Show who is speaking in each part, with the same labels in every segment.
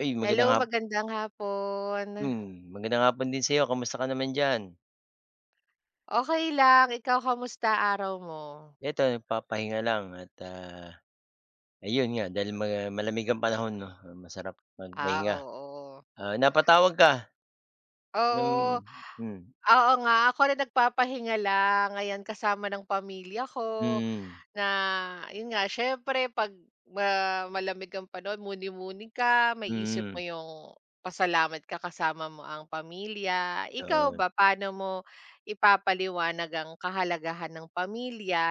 Speaker 1: Ay,
Speaker 2: Hello,
Speaker 1: magandang hap
Speaker 2: magandang hapon.
Speaker 1: hmm, magandang hapon din sa'yo. Kamusta ka naman diyan?
Speaker 2: Okey lang, ikaw kamusta araw mo?
Speaker 1: Eto nagpapahinga lang at, ayun nga dahil malamig ang panahon 'no. Masarap
Speaker 2: Ah,
Speaker 1: magpahinga.
Speaker 2: oo.
Speaker 1: Napatawag ka ng
Speaker 2: Oo.
Speaker 1: hmm,
Speaker 2: Oo nga, ako rin nagpapahinga lang ayan kasama ng pamilya ko
Speaker 1: mm,
Speaker 2: na yun nga siyempre 'pag malamig ang panahon muni-muni ka, maisip mo
Speaker 1: mm,
Speaker 2: yung pasalamat ka kasama mo ang pamilya. Ikaw
Speaker 1: oo.
Speaker 2: ba, paano mo ipapaliwanag ang kahalagahan ng pamilya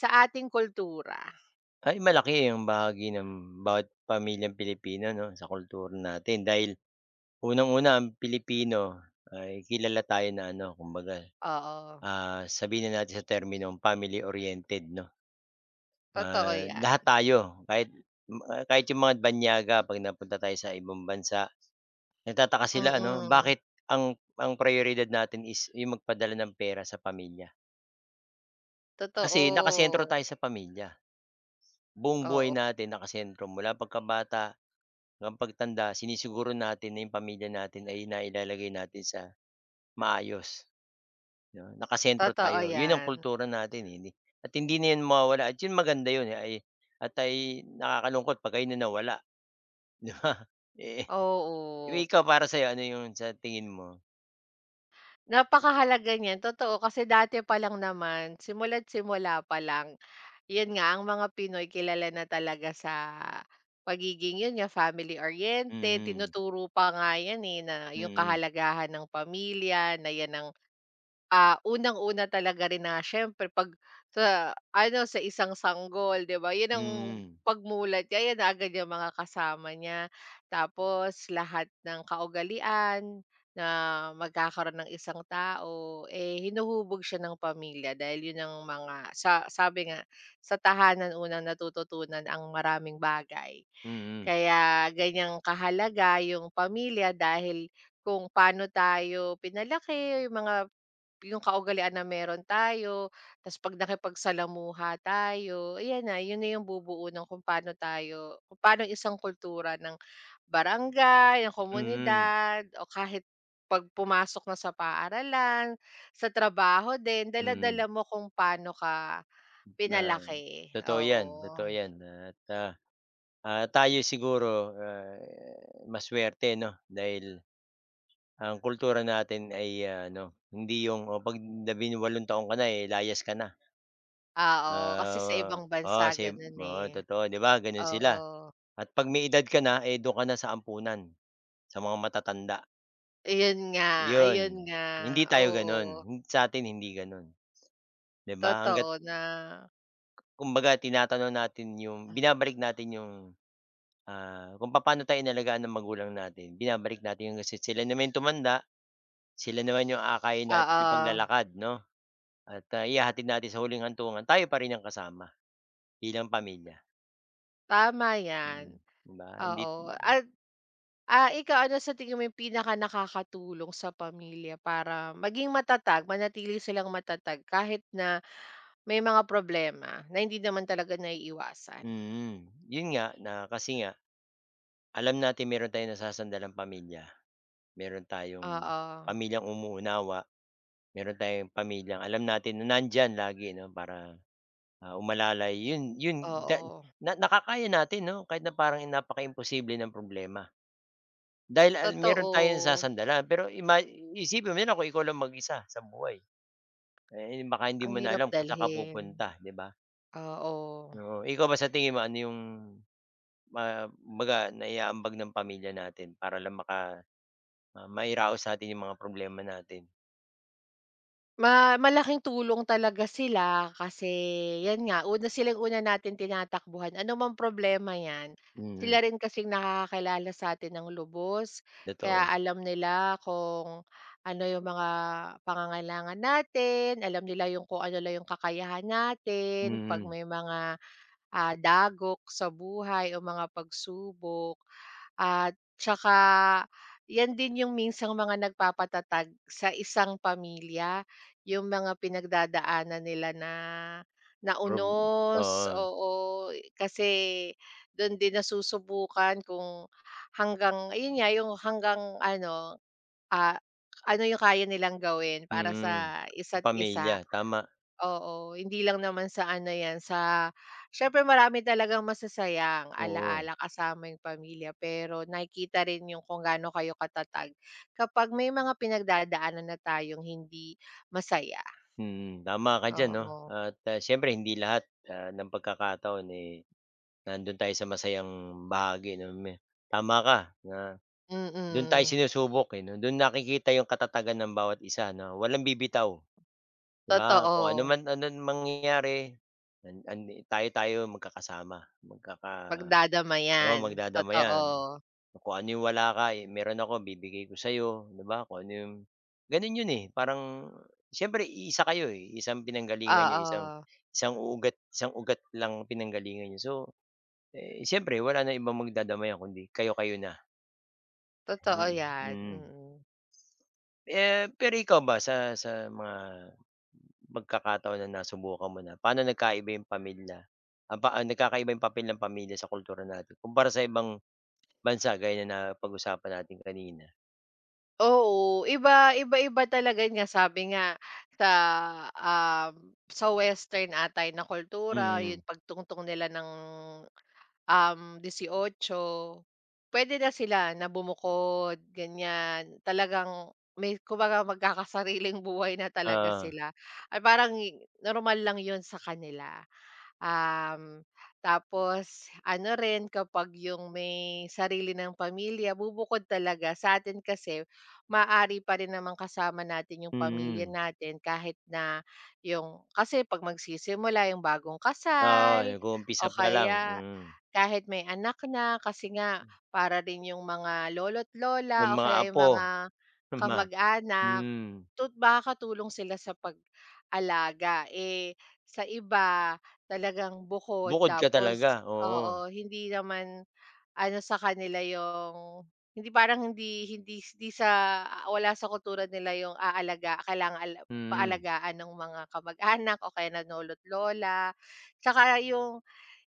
Speaker 2: sa ating kultura?
Speaker 1: Ay, malaki ang bahagi ng bawat pamilyang Pilipino 'no, sa kultura natin dahil unang-una ang Pilipino ay kilala tayo na ano, kumbaga,
Speaker 2: Oo.
Speaker 1: sabihin na natin sa terminong family oriented 'no.
Speaker 2: Totoo yan.
Speaker 1: Lahat tayo, kahit kahit yung mga banyaga 'pag napunta tayo sa ibang bansa, nagtataka sila, ano,
Speaker 2: Mm.
Speaker 1: bakit ang prayoridad natin is yung magpadala ng pera sa pamilya. Kasi nakasentro
Speaker 2: Totoo.
Speaker 1: tayo sa pamilya, buong buhay
Speaker 2: Oo,
Speaker 1: natin nakasentro mula pagkabata hanggang pagtanda, sinisiguro natin na yung pamilya natin ay nailalagay natin sa maayos, 'no, nakasentro
Speaker 2: totoo
Speaker 1: tayo. Yun ang
Speaker 2: yan.
Speaker 1: kultura natin, eh, hindi, at hindi na yun mawawala, at yun maganda yun, eh, ay at ay nakakalungkot 'pag ayun na nawala. 'Di ba? Eh, eh,
Speaker 2: Oo,
Speaker 1: ikaw, para sa'yo ano yung sa tingin mo?
Speaker 2: napakahalaga niyan, totoo. Kasi dati pa lang naman, simula't simula pa lang, yun nga, ang mga Pinoy kilala na talaga sa pagiging yun nga, family-oriented.
Speaker 1: Mm,
Speaker 2: Tinuturo pa nga yan, eh, na yung
Speaker 1: mm,
Speaker 2: kahalagahan ng pamilya, na yan ang Ah, unang-una talaga rin na siyempre 'pag sa ano, sa isang sanggol, 'di ba, 'yun ang
Speaker 1: mm,
Speaker 2: pagmulat niya, ayan na agad yung mga kasama niya. Tapos lahat ng kaugalian na magkakaroon ng isang tao, eh, hinuhubog siya ng pamilya dahil 'yun ang mga sa sabi nga, sa tahanan unang natututunan ang maraming bagay.
Speaker 1: mm,
Speaker 2: Kaya ganyan kahalaga yung pamilya dahil kung paano tayo pinalaki, yung mga yung kaugalian na meron tayo, tas 'pag nakipagsalamuha tayo, ayan na, yun na yung bubuo ng kung paano tayo kung paano yung isang kultura ng barangay, ng
Speaker 1: mm,
Speaker 2: komunidad, o kahit 'pag pumasok na sa paaralan, sa trabaho din,
Speaker 1: mm.
Speaker 2: dala-dala mo kung paano ka
Speaker 1: Ah,
Speaker 2: pinalaki,
Speaker 1: Totoo 'yan, totoo
Speaker 2: oo.
Speaker 1: 'yan at, tayo siguro, masuwerte 'no dahil ang kultura natin ay, ano, hindi yung, oh, 'pag 18 taon ka na, eh, layas ka na.
Speaker 2: Ah, oo, kasi sa ibang bansa
Speaker 1: Oo, same
Speaker 2: gano'n,
Speaker 1: oo,
Speaker 2: eh.
Speaker 1: totoo, 'di ba gano'n sila,
Speaker 2: Oo,
Speaker 1: at 'pag may edad ka na, eh, do'n ka na sa ampunan, sa mga matatanda. Yun,
Speaker 2: ayun nga,
Speaker 1: hindi tayo
Speaker 2: oo.
Speaker 1: gano'n. Sa atin hindi gano'n, 'di ba?
Speaker 2: Totoo
Speaker 1: Hangga't
Speaker 2: na
Speaker 1: kumbaga tinatanong natin yung binabalik natin yung, kung papaano tayo inalagaan ng magulang natin, binabalik natin yun, kasi sila naman yung tumanda, sila naman yung aakayin natin sa
Speaker 2: oo,
Speaker 1: paglalakad 'no, at, ihahatid natin sa huling hantungan, tayo pa rin ang kasama bilang pamilya.
Speaker 2: tama 'yan,
Speaker 1: Mm, 'di ba? Hindi.
Speaker 2: oo. At, ikaw ano sa tingin mo yung pinakanakakatulong sa pamilya para maging matatag, manatili silang matatag kahit na may mga problema na hindi naman talaga naiiwasan?
Speaker 1: mm, Yun nga, na kasi nga alam natin meron tayong nasasandalang pamilya, meron tayong
Speaker 2: Oo,
Speaker 1: pamilyang umuunawa. Meron tayong pamilyang alam natin na nandiyan lagi 'no para, umalalay. Yun yun da
Speaker 2: oo,
Speaker 1: na nakakaya natin 'no kahit na parang napakaimposible ng problema. Dahil meron tayong
Speaker 2: totoo.
Speaker 1: sasandalan, pero isipin mo na kung ikaw lang mag-isa sa buhay, eh, baka hindi
Speaker 2: Ang
Speaker 1: mo na
Speaker 2: hirap
Speaker 1: alam kung saan ka
Speaker 2: dalhin,
Speaker 1: pupunta, 'di ba?
Speaker 2: oo.
Speaker 1: Oo, ikaw ba sa tingin mo ano yung kumbaga naiaambag ng pamilya natin para lang mairaos natin yung mga problema natin?
Speaker 2: Malaking tulong talaga sila kasi 'yan nga, una silang una natin tinatakbuhan, ano mang problema 'yan.
Speaker 1: Mm,
Speaker 2: Sila rin kasing nakakakilala sa'tin ng lubos, kaya
Speaker 1: totoo.
Speaker 2: alam nila kung ano yung mga pangangailangan natin, alam nila yung kung ano lang yung kakayahan natin 'pag
Speaker 1: Mm,
Speaker 2: may mga, dagok sa buhay o mga pagsubok. At tsaka 'yan din yung minsang mga nagpapatatag sa isang pamilya, yung mga pinagdadaanan nila na
Speaker 1: prob
Speaker 2: naunos unos,
Speaker 1: oo.
Speaker 2: oo. Kasi dun din nasusubukan kung hanggang ayun nga, yung hanggang ano, ah, ano yung kaya nilang gawin para
Speaker 1: Mm,
Speaker 2: sa
Speaker 1: sa
Speaker 2: isa't isa.
Speaker 1: pamilya, tama.
Speaker 2: Oo, hindi lang naman sa ano 'yan, sa siyempre marami talagang masasayang
Speaker 1: Oo,
Speaker 2: ala-ala kasama yung pamilya, pero nakikita rin yung kung gaano kayo katatag kapag may mga pinagdadaanan na tayong hindi masaya,
Speaker 1: mm, tama ka diyan 'no
Speaker 2: oo.
Speaker 1: at, siyempre hindi lahat, ng pagkakataon, eh, nandun tayo sa masayang bahagi 'no, may tama ka na, do'n tayo
Speaker 2: Mm,
Speaker 1: sinusubok, eh, 'no, do'n nakikita yung katatagan ng bawat isa 'no, walang bibitaw, 'di ba? Kung ano
Speaker 2: totoo.
Speaker 1: man, ano mangyayari, an andi tayo-tayo magkakasama, oo,
Speaker 2: Pagdadamayan,
Speaker 1: magdadamayan.
Speaker 2: totoo.
Speaker 1: Kung ano yung wala ka, eh, meron ako, bibigay ko sa'yo, 'di ba? Kung ano yung gano'n 'yun, eh, parang siyempre isa kayo, eh, isang pinanggalingan niyo, isang
Speaker 2: Oo,
Speaker 1: isang uugat isang ugat lang pinanggalingan niyo. So, eh, siyempre wala na ibang magdadamayan kundi kayo-kayo na.
Speaker 2: totoo
Speaker 1: Mm,
Speaker 2: 'yan,
Speaker 1: mm.
Speaker 2: mm.
Speaker 1: Eh, pero ikaw ba sa mga pagkakataon na nasubukan mo na, paano nagkaiba yung pamilya, nagkakaiba yung papel ng pamilya sa kultura natin kumpara sa ibang bansa, gaya na napag-usapan natin kanina?
Speaker 2: Oo, iba iba-iba talaga yun nga sabi nga sa, sa western atay na kultura
Speaker 1: Mm,
Speaker 2: yung pagtungtong nila ng, 18 pwede na sila na bumukod ganyan, talagang may kumbaga magkakasariling buhay na talaga
Speaker 1: oo.
Speaker 2: sila, ay parang normal lang yun sa kanila. Um, tapos ano rin kapag yung may sarili ng pamilya bubukod talaga sa atin kasi maaari pa rin naman kasama natin yung pamilya
Speaker 1: Mm,
Speaker 2: natin kahit na yung kasi 'pag magsisimula yung bagong
Speaker 1: oo,
Speaker 2: kasal
Speaker 1: nag-uumpisa
Speaker 2: o
Speaker 1: pa lang,
Speaker 2: kaya
Speaker 1: mm.
Speaker 2: kahit may anak na kasi nga para rin yung mga lolo't
Speaker 1: May
Speaker 2: lola o
Speaker 1: mga
Speaker 2: kaya yung
Speaker 1: apo
Speaker 2: mga
Speaker 1: naman.
Speaker 2: kamag-anak
Speaker 1: Hmm.
Speaker 2: Makakatulong sila sa pag-alaga, eh, sa iba talagang bukod
Speaker 1: Bukod ka talaga,
Speaker 2: tapos
Speaker 1: oo.
Speaker 2: oo, hindi naman ano sa kanila yung hindi parang hindi hindi hindi sa wala sa kultura nila yung aalaga kailangang
Speaker 1: Mm.
Speaker 2: paalagaan ng mga kamag-anak o kaya nanlolo't lola. Tsaka yung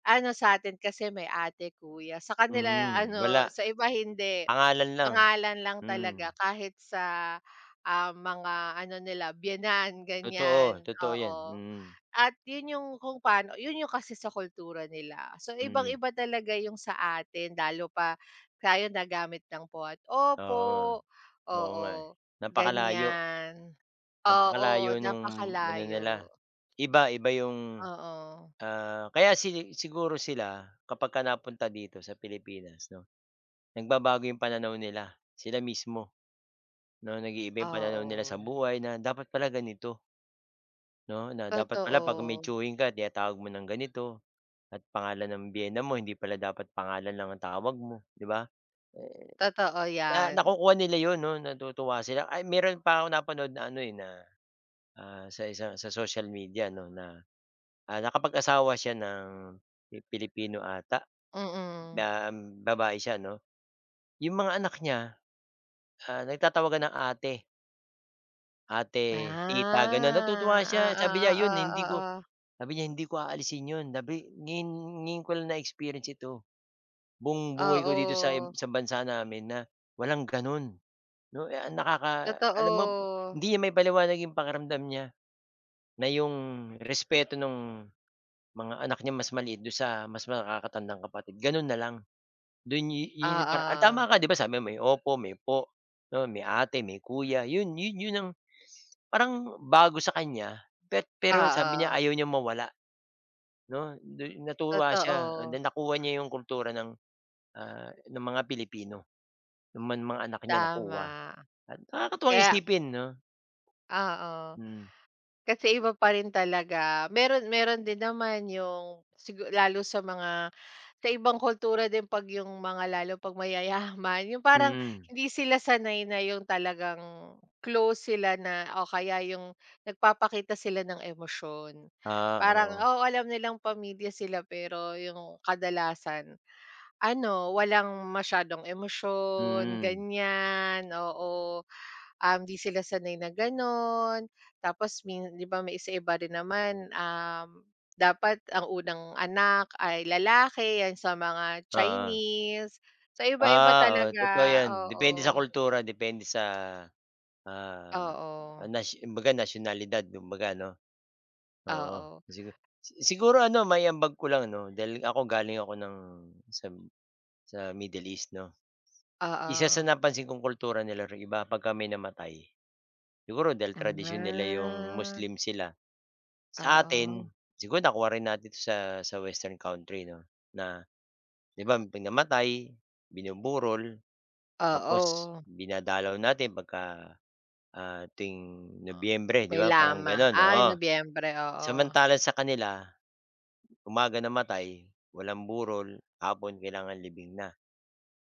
Speaker 2: ano sa'tin kasi may ate, kuya, sa kanila
Speaker 1: Mm, wala,
Speaker 2: ano, sa iba hindi.
Speaker 1: pangalan lang.
Speaker 2: Pangalan lang
Speaker 1: Mm,
Speaker 2: talaga kahit sa, mga ano nila biyenan,
Speaker 1: totoo,
Speaker 2: ganyan,
Speaker 1: totoo 'yan,
Speaker 2: oo.
Speaker 1: mm,
Speaker 2: At 'yun 'yung kung paano 'yun 'yung kasi sa kultura nila. So
Speaker 1: mm,
Speaker 2: ibang-iba talaga 'yung sa atin lalo pa tayo nagamit ng po at
Speaker 1: oo,
Speaker 2: opo,
Speaker 1: oo
Speaker 2: oo,
Speaker 1: nga, eh. Napakalayo,
Speaker 2: ganyan. Oo,
Speaker 1: napakalayo nung ano nila,
Speaker 2: napakalayo,
Speaker 1: iba-iba yung,
Speaker 2: oo,
Speaker 1: kaya siguro sila kapagka napunta dito sa Pilipinas 'no, nagbabago yung pananaw nila, sila mismo. 'No, nag-iiba yung pananaw nila
Speaker 2: oo.
Speaker 1: sa buhay na dapat pala ganito, 'no, na dapat pala 'pag may
Speaker 2: Totoo,
Speaker 1: chewing ka tinatawag mo ng ganito, at pangalan ng biyena mo hindi pala dapat pangalan lang ang tawag mo, 'di ba? Eh,
Speaker 2: totoo
Speaker 1: na
Speaker 2: 'yan,
Speaker 1: nakukuha nila 'yun 'no, natutuwa sila. Ay meron pa akong napanood na ano, eh, na, sa isang sa social media 'no na, nakapag-asawa siya ng Pilipino ata,
Speaker 2: mm.
Speaker 1: na babae siya 'no. Yung mga anak niya, nagtatawagan ng ate. Ate, tita, gano'n. Natutuwa siya,
Speaker 2: Ah,
Speaker 1: sabi
Speaker 2: oo,
Speaker 1: niya, "Yun,
Speaker 2: oo,
Speaker 1: hindi ko,"
Speaker 2: oo.
Speaker 1: sabi niya, "Hindi ko aalisin 'yun, sabi ngayon ngayon ko lang na-experience ito, buong buhay ko dito
Speaker 2: Oo,
Speaker 1: sa bansa namin na walang gano'n." 'No, eh, ang alam mo,
Speaker 2: totoo.
Speaker 1: hindi niya maipaliwanag 'yung pakiramdam niya na 'yung respeto nung mga anak niya mas maliit do'n sa mas nakakatandang kapatid, gano'n na lang. Doon yu 'yun 'yung ah,
Speaker 2: Oo,
Speaker 1: tama ka, 'di ba sabi mo may opo, may po, 'no, may ate, may kuya. 'Yun 'yun 'yun ang Parang bago sa kanya, bet pero sabi
Speaker 2: oo,
Speaker 1: niya ayaw niyang mawala 'no, natuwa siya,
Speaker 2: totoo,
Speaker 1: na nakuha niya yung kultura ng, ng mga Pilipino, ng man mga anak niya nakuha,
Speaker 2: tama.
Speaker 1: at nakakatuwang
Speaker 2: Kaya
Speaker 1: isipin 'no?
Speaker 2: oo.
Speaker 1: Hmm,
Speaker 2: Kasi iba pa rin talaga. Meron meron din naman yung lalo sa mga sa ibang kultura din 'pag yung mga lalo 'pag mayayaman, yung parang
Speaker 1: mm.
Speaker 2: hindi sila sanay na yung talagang close sila na o kaya yung nagpapakita sila ng emosyon.
Speaker 1: Ah,
Speaker 2: Parang,
Speaker 1: oo,
Speaker 2: oh alam nilang pamilya sila pero yung kadalasan ano, walang masyadong emosyon,
Speaker 1: mm,
Speaker 2: ganyan, oo. 'Di sila sanay na gano'n. Tapos 'di ba may isa iba rin naman, dapat ang unang anak ay lalaki, 'yan sa mga
Speaker 1: oo.
Speaker 2: Chinese. So iba-iba
Speaker 1: Ah, oo,
Speaker 2: talaga,
Speaker 1: totoo 'yan, depende sa
Speaker 2: oo.
Speaker 1: kultura, depende sa, ah,
Speaker 2: Oo,
Speaker 1: nas kumbaga nasyonalidad, kumbaga 'no, oo.
Speaker 2: oo,
Speaker 1: Sigu Siguro ano maiambag ko lang 'no, dahil ako, galing ako ng sa sa Middle East 'no? Isa
Speaker 2: oo.
Speaker 1: sa napansin kong kultura nila rin iba pagka may namatay. Siguro dahil tradisyon nila yung
Speaker 2: Ah,
Speaker 1: Muslim sila. Sa atin,
Speaker 2: oo,
Speaker 1: siguro nakuha rin natin 'to sa western country 'no, na 'di ba 'pag namatay, binuburol, tapos
Speaker 2: oo.
Speaker 1: dinadalaw natin pagka, tuwing Nobyembre, 'di
Speaker 2: May
Speaker 1: ba parang
Speaker 2: lama
Speaker 1: gano'n,
Speaker 2: Ay,
Speaker 1: oo.
Speaker 2: Nobyembre, oo.
Speaker 1: Samantalang sa kanila, umaga namatay, walang burol, hapon kailangan libing na.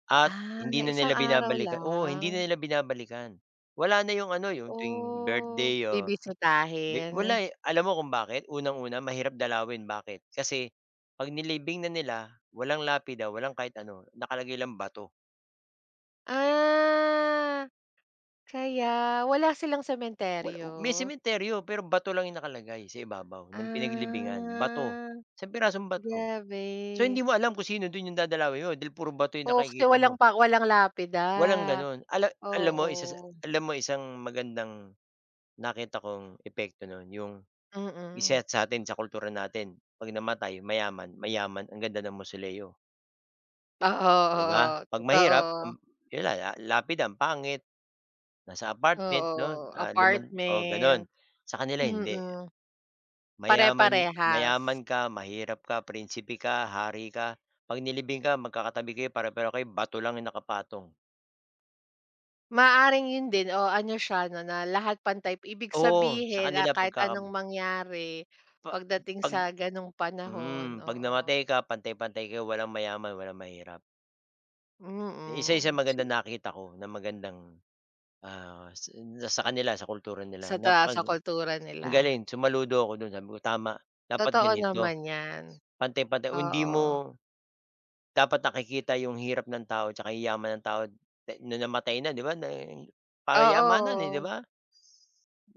Speaker 1: At
Speaker 2: Ah,
Speaker 1: hindi na
Speaker 2: isang
Speaker 1: nila
Speaker 2: araw
Speaker 1: binabalikan,
Speaker 2: lang.
Speaker 1: oo, hindi na nila binabalikan. Wala na yung ano, yung tuwing
Speaker 2: Oh.
Speaker 1: birthday o wala,
Speaker 2: Bibisitahin.
Speaker 1: eh. Alam mo kung bakit? Unang-una mahirap dalawin, bakit? Kasi 'pag nilibing na nila, walang lapida, walang kahit ano, nakalagay lang bato.
Speaker 2: Ah, kaya wala silang
Speaker 1: Wala,
Speaker 2: sementeryo?
Speaker 1: may sementeryo pero bato lang yung nakalagay sa ibabaw ng pinaglibingan, bato,
Speaker 2: Ah,
Speaker 1: isang pirasong bato. So, hindi
Speaker 2: grabe.
Speaker 1: mo alam kung sino dun yung dadalawin mo dahil puro bato yung
Speaker 2: Oo, kasi
Speaker 1: nakikita mo,
Speaker 2: walang lapida.
Speaker 1: walang gano'n. Alam mo
Speaker 2: Oo.
Speaker 1: isang magandang nakita kong epekto nun, yung isa
Speaker 2: Mm.
Speaker 1: sa'tin sa kultura natin 'pag namatay mayaman, mayaman ang ganda ng mausoleo,
Speaker 2: Oo,
Speaker 1: 'di ba?
Speaker 2: oo,
Speaker 1: 'Pag mahirap,
Speaker 2: totoo.
Speaker 1: yun lang, lapid ang pangit, nasa apartment 'no,
Speaker 2: Oo,
Speaker 1: liman o ganun.
Speaker 2: apartment,
Speaker 1: Sa kanila hindi,
Speaker 2: mm.
Speaker 1: mayaman
Speaker 2: Pare-parehas.
Speaker 1: mayaman ka, mahirap ka, prinsipe ka, hari ka, 'pag nilibing ka magkakatabi kayo, pare-pareho kayo, bato lang yung nakapatong.
Speaker 2: Maaring yun din o ano siya 'no, na lahat pantay. Ibig
Speaker 1: Oo, sa
Speaker 2: sabihin,
Speaker 1: kanila
Speaker 2: kahit
Speaker 1: pagkaka
Speaker 2: anong mangyari
Speaker 1: pa
Speaker 2: pagdating
Speaker 1: 'pag
Speaker 2: sa gano'ng panahon,
Speaker 1: hmm, 'pag
Speaker 2: oo.
Speaker 1: namatay ka pantay-pantay kayo, walang mayaman, walang mahirap. Isa-isa,
Speaker 2: Mm,
Speaker 1: maganda
Speaker 2: si
Speaker 1: nakita ko na magandang, sa kanila, sa kultura
Speaker 2: sa
Speaker 1: nila,
Speaker 2: ta sa kultura
Speaker 1: ang
Speaker 2: nila.
Speaker 1: galing, sumaludo ako dun sabi ko, "Tama, dapat
Speaker 2: Totoo
Speaker 1: ganito,
Speaker 2: naman 'yan,
Speaker 1: pantay-pantay." O hindi
Speaker 2: oo.
Speaker 1: mo dapat nakikita yung hirap ng tao tsaka yung yaman ng tao na nung namatay na, 'di ba, na payamanan, eh, 'di
Speaker 2: Oo,
Speaker 1: ba?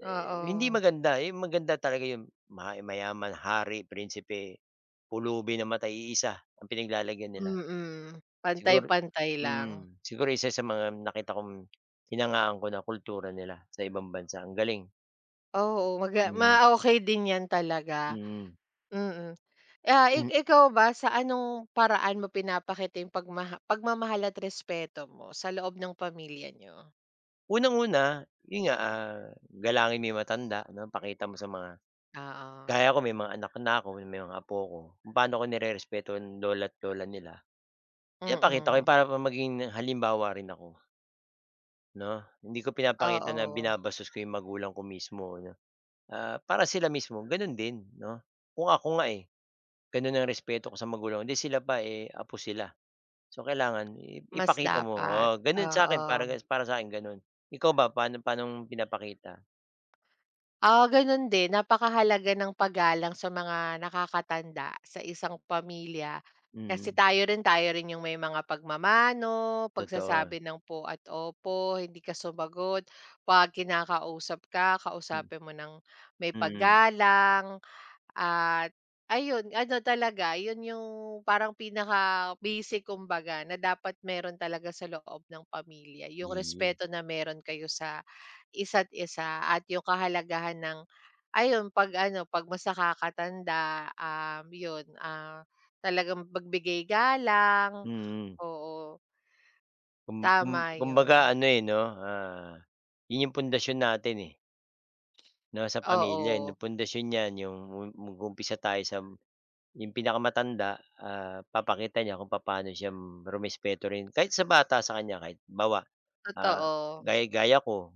Speaker 1: Eh, hindi
Speaker 2: oo,
Speaker 1: maganda, eh, maganda talaga yung mayaman, hari, prinsipe, pulubi, namatay iisa ang pinaglalagyan nila.
Speaker 2: mm.
Speaker 1: Siguro
Speaker 2: Pantay-pantay lang.
Speaker 1: mm. Siguro isa sa mga nakita kong hinangaan ko na kultura nila sa ibang bansa, ang galing.
Speaker 2: Oo, maga ma
Speaker 1: Mm,
Speaker 2: okey din 'yan talaga.
Speaker 1: mm.
Speaker 2: Mm. Ah, ik
Speaker 1: Hmm,
Speaker 2: ikaw ba sa anong paraan mo pinapakita yung pagmamahal at respeto mo sa loob ng pamilya niyo?
Speaker 1: unang-una, yun nga, galangin mo yung matanda 'no, pakita mo sa mga,
Speaker 2: Oo,
Speaker 1: kaya ko may mga anak na ako, may mga apo ko, kung paano ko nirerespeto ang lola't lola nila. Pinapakita ko
Speaker 2: mm.
Speaker 1: yun para pa maging halimbawa rin ako 'no. Hindi ko pinapakita na
Speaker 2: Oo,
Speaker 1: binabastos ko yung magulang ko mismo 'no, para sila mismo ganon din 'no. Kung ako nga, eh. Gano'n ang respeto ko sa magulang, hindi sila pa, eh, apo sila. So kailangan
Speaker 2: mas
Speaker 1: ipakita mo,
Speaker 2: dapat,
Speaker 1: oo, sa akin, para
Speaker 2: oo.
Speaker 1: gas para sa'kin gano'n. Ikaw ba paanong pinapakita?
Speaker 2: Ah, gano'n din napakahalaga ng paggalang sa mga nakakatanda sa isang pamilya. Kasi
Speaker 1: Mm,
Speaker 2: tayo rin yung may mga pagmamano,
Speaker 1: totoo.
Speaker 2: pagsasabi ng po at opo, hindi ka sumagot, 'pag kinakausap ka,
Speaker 1: Hmm,
Speaker 2: kausapin mo ng may
Speaker 1: mm,
Speaker 2: paggalang. At ayun, ano talaga, yun yung parang pinaka-basic kumbaga na dapat meron talaga sa loob ng pamilya, yung
Speaker 1: iyon.
Speaker 2: respeto na meron kayo sa isa't isa at yung kahalagahan ng ayun, 'pag ano, 'pag mas nakakatanda, yun, talagang magbigay galang,
Speaker 1: Mm,
Speaker 2: oo,
Speaker 1: kum kum
Speaker 2: tama
Speaker 1: kumbaga
Speaker 2: yun.
Speaker 1: ano, eh, 'no, 'yun yung pundasyon natin, eh, 'no, sa pamilya, eh,
Speaker 2: Oo,
Speaker 1: yung pundasyon niyan yung mag-uumpisa tayo sa yung pinakamatanda, papakita niya kung paano siya rumespeto rin kahit sa bata sa kanya, kahit Ah,
Speaker 2: totoo,
Speaker 1: gaya gaya ko,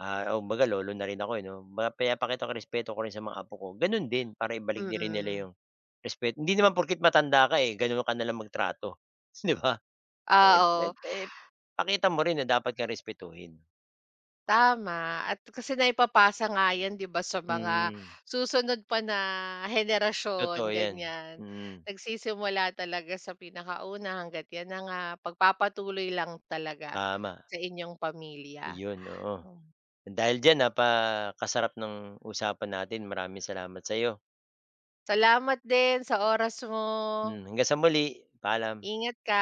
Speaker 1: o kumbaga lolo na rin ako, eh, 'no, pinapakita ko respeto ko rin sa mga apo ko, gano'n din para ibalik na rin nila
Speaker 2: mm.
Speaker 1: yung respeto. Hindi naman porket matanda ka, eh, gano'n ka na lang magtrato, 'di ba? Eh, eh,
Speaker 2: Oo.
Speaker 1: eh, pakita mo rin na dapat kang respetuhin.
Speaker 2: Tama at kasi naipapasa nga 'yan 'di ba sa mga
Speaker 1: Mm,
Speaker 2: susunod pa na henerasyon
Speaker 1: totoo 'yan.
Speaker 2: ganyan.
Speaker 1: Mm,
Speaker 2: Nagsisimula talaga sa pinakauna hangga't 'yan na nga pagpapatuloy lang talaga
Speaker 1: tama,
Speaker 2: sa inyong pamilya.
Speaker 1: iyon, oo.
Speaker 2: Hmm,
Speaker 1: Dahil diyan napakasarap ng usapan natin, maraming salamat sa'yo.
Speaker 2: Salamat din sa oras mo.
Speaker 1: Hmm, hanggang sa muli, paalam.
Speaker 2: Ingat ka.